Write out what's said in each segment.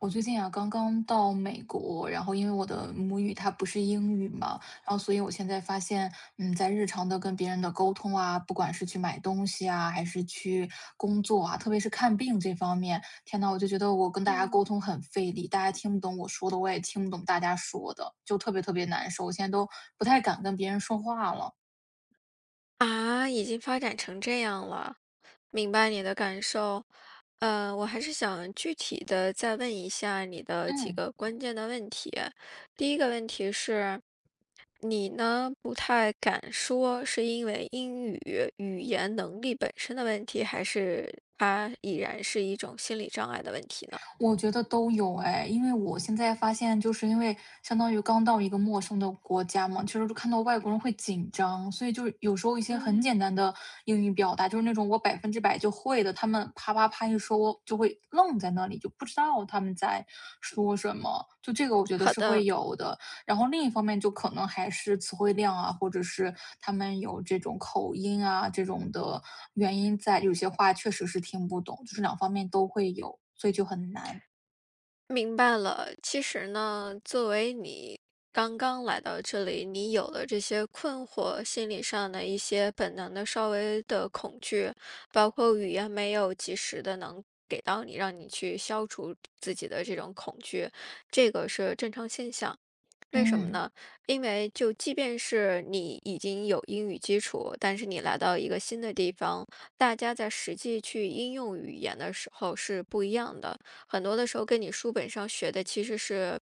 我最近啊，刚刚到美国，然后因为我的母语它不是英语嘛，然后所以我现在发现，在日常的跟别人的沟通啊，不管是去买东西啊，还是去工作啊，特别是看病这方面，天呐，我就觉得我跟大家沟嗯，通很费力，大家听不懂我说的，我也听不懂大家说的，就特别特别难受，我现在都不太敢跟别人说话了。啊，已经发展成这样了，明白你的感受。我还是想具体的再问一下你的几嗯。个关键的问题。第一个问题是，你呢不太敢说，是因为英语语言能力本身的问题，还是它已然是一种心理障碍的问题呢？我觉得都有哎，因为我现在发现，就是因为相当于刚到一个陌生的国家嘛，其实就看到外国人会紧张，所以就是有时候一些很嗯，简单的英语表达，就是那种我百分之百就会的，他们啪啪啪一说，我就会愣在那里，就不知道他们在说什么。就这个，我觉得好是会的。有的。然后另一方面就可能还是词汇量啊，或者是他们有这种口音啊，这种的原因在，有些话确实是听不懂，就是两方面都会有，所以就很难。明白了，其实呢，作为你刚刚来到这里，你有了这些困惑，心理上的一些本能的稍微的恐惧，包括语言没有及时的能给到你，让你去消除自己的这种恐惧，这个是正常现象。为什么嗯。呢？因为就即便是你已经有英语基础，但是你来到一个新的地方，大家在实际去应用语言的时候是不一样的。很多的时候跟你书本上学的其实是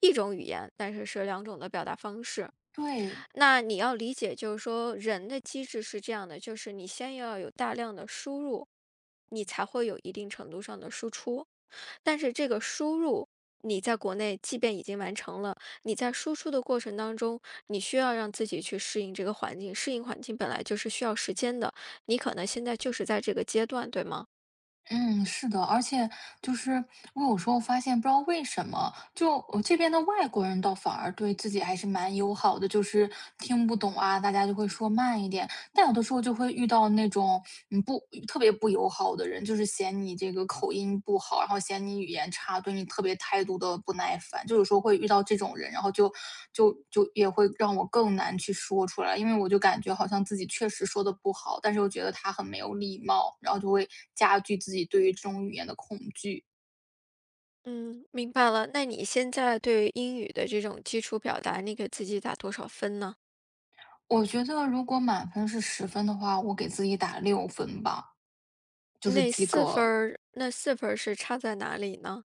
一种语言，但是是两种的表达方式。对，那你要理解，就是说人的机制是这样的，就是你先要有大量的输入，你才会有一定程度上的输出。但是这个输入，你在国内即便已经完成了，你在输出的过程当中，你需要让自己去适应这个环境，适应环境本来就是需要时间的。你可能现在就是在这个阶段，对吗？嗯，是的，而且就是我有时候发现，不知道为什么，就我这边的外国人倒反而对自己还是蛮友好的，就是听不懂啊，大家就会说慢一点，但有的时候就会遇到那种，嗯，不特别不友好的人，就是嫌你这个口音不好，然后嫌你语言差，对你特别态度的不耐烦，就有时候会遇到这种人，然后就也会让我更难去说出来，因为我就感觉好像自己确实说的不好，但是又觉得他很没有礼貌，然后就会加剧自己对于这种语言的恐惧。嗯，明白了。那你现在对英语的这种基础表达，你给自己打多少分呢？我觉得如果满分是十分的话，我给自己打六分吧，就是那及四分格。儿，那四分儿是差在哪里呢？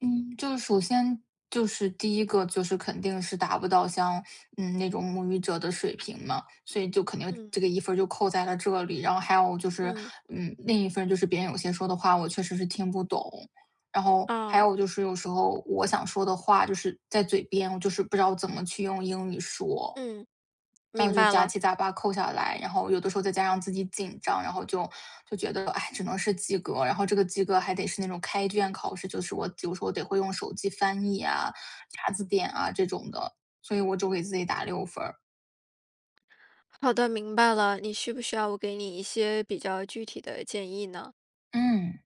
嗯，就是首先就是第一个就是肯定是达不到像，那种母语者的水平嘛，所以就肯定这个嗯，一分儿就扣在了这里。然后还有就是，嗯，另一分儿就是别人有些说的话，我确实是听不懂。然后还哦，有就是有时候我想说的话，就是在嘴边，我就是不知道怎么去用英语说。嗯，然后明就白杂了。七杂八扣下来，然后有的时候再加上自己紧张，然后就觉得，哎，只能是及格，然后这个及格还得是那种开卷考试，就是我有时候得会用手机翻译啊、查字典啊这种的，所以我就给自己打六分儿。好的，明白了。你需不需要我给你一些比较具体的建议呢？嗯。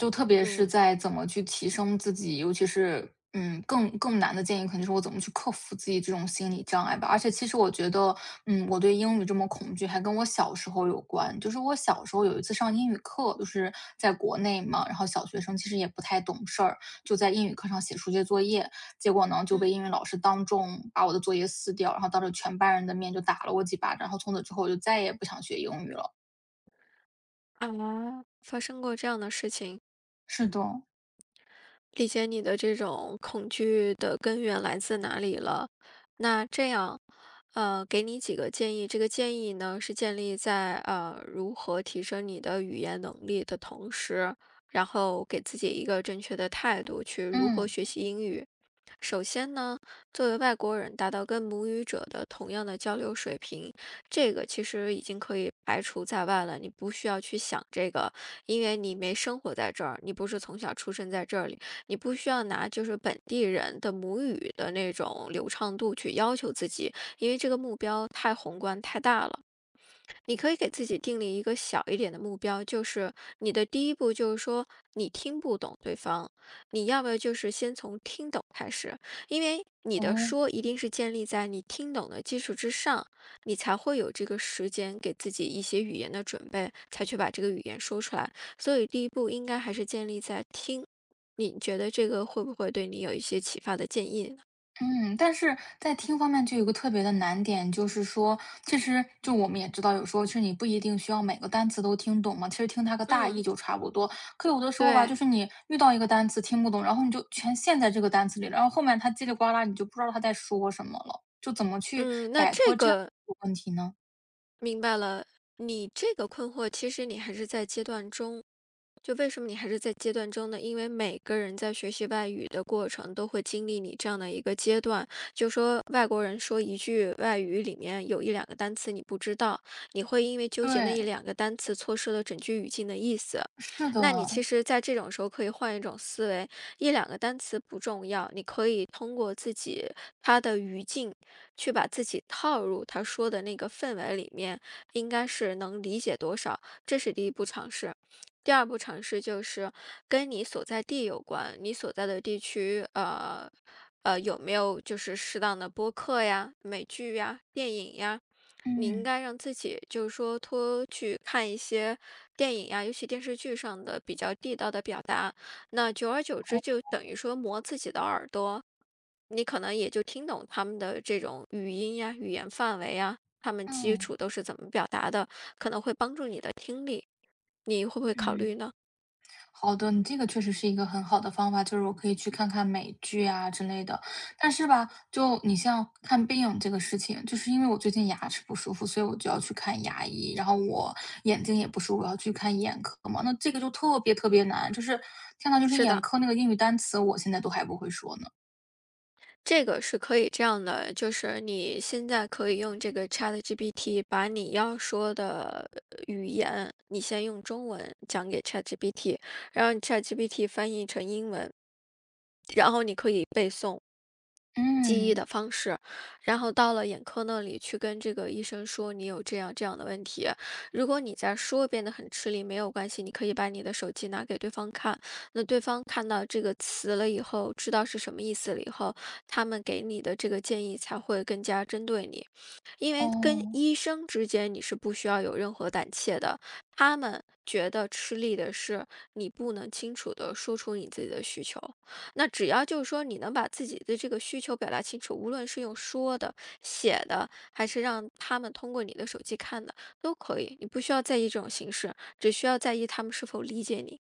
就特别是嗯，在怎么去提升自己，尤其是更难的建议肯定是我怎么去克服自己这种心理障碍吧。而且其实我觉得，我对英语这么恐惧还跟我小时候有关。就是我小时候有一次上英语课，就是在国内嘛，然后小学生其实也不太懂事儿，就在英语课上写数学作业，结果呢就嗯，被英语老师当众把我的作业撕掉，然后当着全班人的面就打了我几巴掌，然后从此之后我就再也不想学英语了。啊，发生过这样的事情。是的，理解你的这种恐惧的根源来自哪里了。那这样，给你几个建议。这个建议呢，是建立在如何提升你的语言能力的同时，然后给自己一个正确的态度去如何嗯。学习英语。首先呢，作为外国人，达到跟母语者的同样的交流水平，这个其实已经可以排除在外了。你不需要去想这个，因为你没生活在这儿，你不是从小出生在这里。你不需要拿就是本地人的母语的那种流畅度去要求自己，因为这个目标太宏观太大了。你可以给自己定立一个小一点的目标，就是你的第一步就是说你听不懂对方，你要不要就是先从听懂开始，因为你的哦，说一定是建立在你听懂的基础之上，你才会有这个时间给自己一些语言的准备，才去把这个语言说出来。所以第一步应该还是建立在听。你觉得这个会不会对你有一些启发的建议呢？嗯，但是在听方面就有个特别的难点，就是说，其实就我们也知道，有时候其实你不一定需要每个单词都听懂嘛，其实听它个大意嗯，就差不多。可有的时候吧，就对，是你遇到一个单词听不懂，然后你就全陷在这个单词里了，然后后面它叽里呱啦，你就不知道它在说什么了，就怎么去嗯，那摆这脱这样个的问题呢？明白了，你这个困惑，其实你还是在阶段中，就为什么你还是在阶段中呢？因为每个人在学习外语的过程都会经历你这样的一个阶段。就说外国人说一句外语里面有一两个单词你不知道，你会因为纠结那对，一两个单词错失了整句语境的意思。是那你的，其实，在这种时候可以换一种思维，一两个单词不重要，你可以通过自己他的语境去把自己套入他说的那个氛围里面，应该是能理解多少，这是第一步尝试。第二步尝试就是跟你所在地有关，你所在的地区，有没有就是适当的播客呀、美剧呀、电影呀？你应嗯，该让自己就是说多去看一些电影呀，尤其电视剧上的比较地道的表达。那久而久哦，之，就等于说磨自己的耳朵，你可能也就听懂他们的这种语音呀、语言范围呀，他们基嗯础都是怎么表达的，可能会帮助你的听力。你会不会考嗯。虑呢？好的，你这个确实是一个很好的方法，就是我可以去看看美剧啊之类的。但是吧，就你像看病这个事情，就是因为我最近牙齿不舒服，所以我就要去看牙医，然后我眼睛也不舒服，我要去看眼科嘛，那这个就特别特别难，就是天呐，就是是眼的，科那个英语单词，我现在都还不会说呢。这个是可以这样的，就是你现在可以用这个 ChatGPT 把你要说的语言，你先用中文讲给 ChatGPT，然后 ChatGPT 翻译成英文，然后你可以背诵。记忆嗯，的方式，然后到了眼科那里去跟这个医生说你有这样这样的问题。如果你再说变得很吃力，没有关系，你可以把你的手机拿给对方看，那对方看到这个词了以后，知道是什么意思了以后，他们给你的这个建议才会更加针对你。因为跟哦。医生之间你是不需要有任何胆怯的，他们觉得吃力的是你不能清楚的说出你自己的需求。那只要就是说你能把自己的这个需求表达清楚，无论是用说的、写的，还是让他们通过你的手机看的，都可以。你不需要在意这种形式，只需要在意他们是否理解你。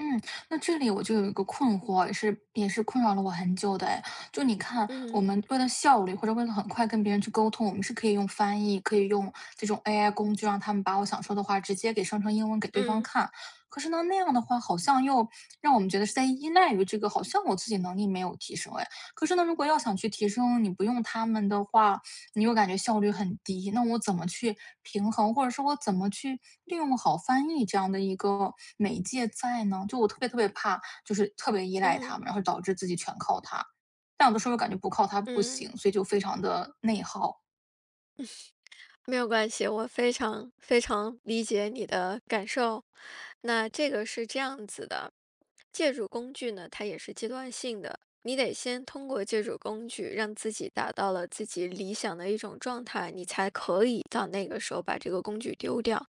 嗯，那这里我就有一个困惑，也是困扰了我很久的哎。就你看，我嗯，们为了效率或者为了很快跟别人去沟通，我们是可以用翻译，可以用这种 AI 工具，让他们把我想说的话直接给生成英文给对方嗯，看。可是呢，那样的话好像又让我们觉得是在依赖于这个，好像我自己能力没有提升哎。可是呢，如果要想去提升，你不用他们的话，你又感觉效率很低，那我怎么去平衡，或者说我怎么去利用好翻译这样的一个媒介在呢？就我特别特别怕，就是特别依赖他们，嗯，然后导致自己全靠它。但有的时候又感觉不靠它不嗯。行，所以就非常的内耗。没有关系，我非常非常理解你的感受。那这个是这样子的，借助工具呢，它也是阶段性的，你得先通过借助工具，让自己达到了自己理想的一种状态，你才可以到那个时候把这个工具丢掉。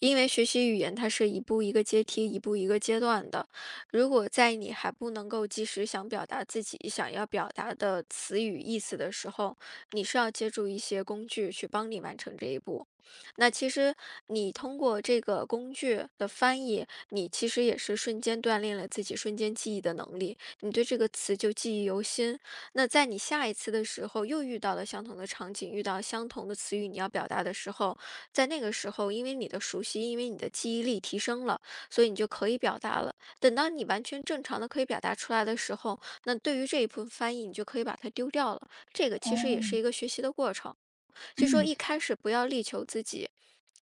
因为学习语言它是一步一个阶梯，一步一个阶段的。如果在你还不能够及时想表达自己想要表达的词语意思的时候，你是要借助一些工具去帮你完成这一步。那其实你通过这个工具的翻译，你其实也是瞬间锻炼了自己瞬间记忆的能力，你对这个词就记忆犹新。那在你下一次的时候又遇到了相同的场景，遇到相同的词语你要表达的时候，在那个时候，因为你的熟悉，因为你的记忆力提升了，所以你就可以表达了。等到你完全正常的可以表达出来的时候，那对于这一部分翻译，你就可以把它丢掉了。这个其实也是哦，一个学习的过程，就说嗯。一开始不要力求自己。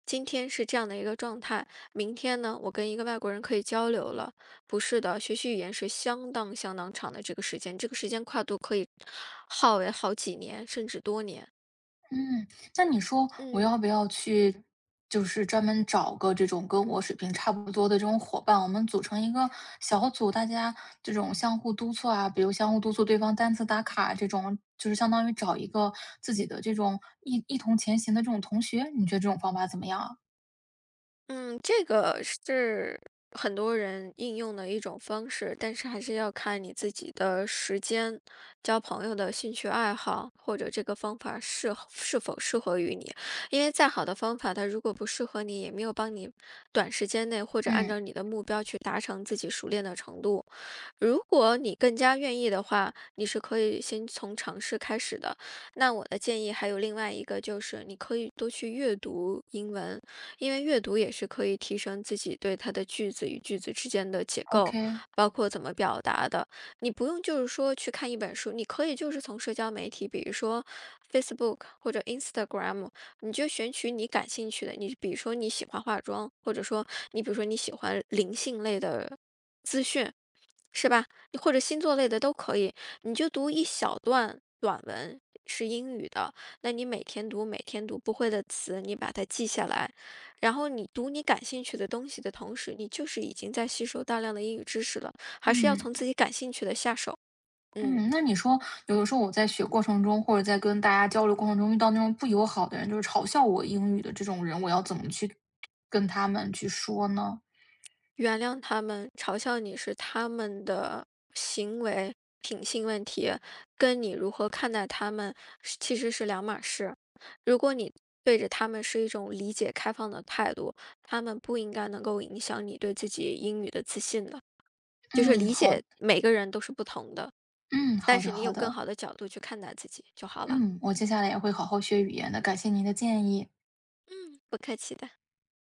今天是这样的一个状态，明天呢，我跟一个外国人可以交流了。不是的，学习语言是相当相当长的这个时间，这个时间跨度可以耗为好几年，甚至多年。嗯，那你说我嗯。要不要去，就是专门找个这种跟我水平差不多的这种伙伴，我们组成一个小组，大家这种相互督促啊，比如相互督促对方单词打卡这种，就是相当于找一个自己的这种一同前行的这种同学，你觉得这种方法怎么样啊？嗯，这个是很多人应用的一种方式，但是还是要看你自己的时间、交朋友的兴趣爱好，或者这个方法适合是否适合于你。因为再好的方法，它如果不适合你，也没有帮你短时间内或者按嗯照你的目标去达成自己熟练的程度。如果你更加愿意的话，你是可以先从尝试开始的。那我的建议还有另外一个，就是你可以多去阅读英文。因为阅读也是可以提升自己对它的句子与句子之间的结构，，OK，包括怎么表达的。你不用就是说去看一本书，你可以就是从社交媒体，比如说 Facebook 或者 Instagram，你就选取你感兴趣的。你比如说你喜欢化妆，或者说你比如说你喜欢灵性类的资讯，是吧？你或者星座类的都可以，你就读一小段短文，是英语的，那你每天读，每天读不会的词，你把它记下来，然后你读你感兴趣的东西的同时，你就是已经在吸收大量的英语知识了，还是要嗯。从自己感兴趣的下手。嗯。嗯，那你说，有的时候我在学过程中，或者在跟大家交流过程中，遇到那种不友好的人，就是嘲笑我英语的这种人，我要怎么去跟他们去说呢？原谅他们，嘲笑你是他们的行为、品性问题，跟你如何看待他们是其实是两码事。如果你对着他们是一种理解、开放的态度，他们不应该能够影响你对自己英语的自信的。就是嗯，理好，解每个人都是不同的，嗯，但好的，是你好有更的，好的角度去看待自己就好了。嗯，我接下来也会好好学语言的，感谢您的建议。嗯，不客气的。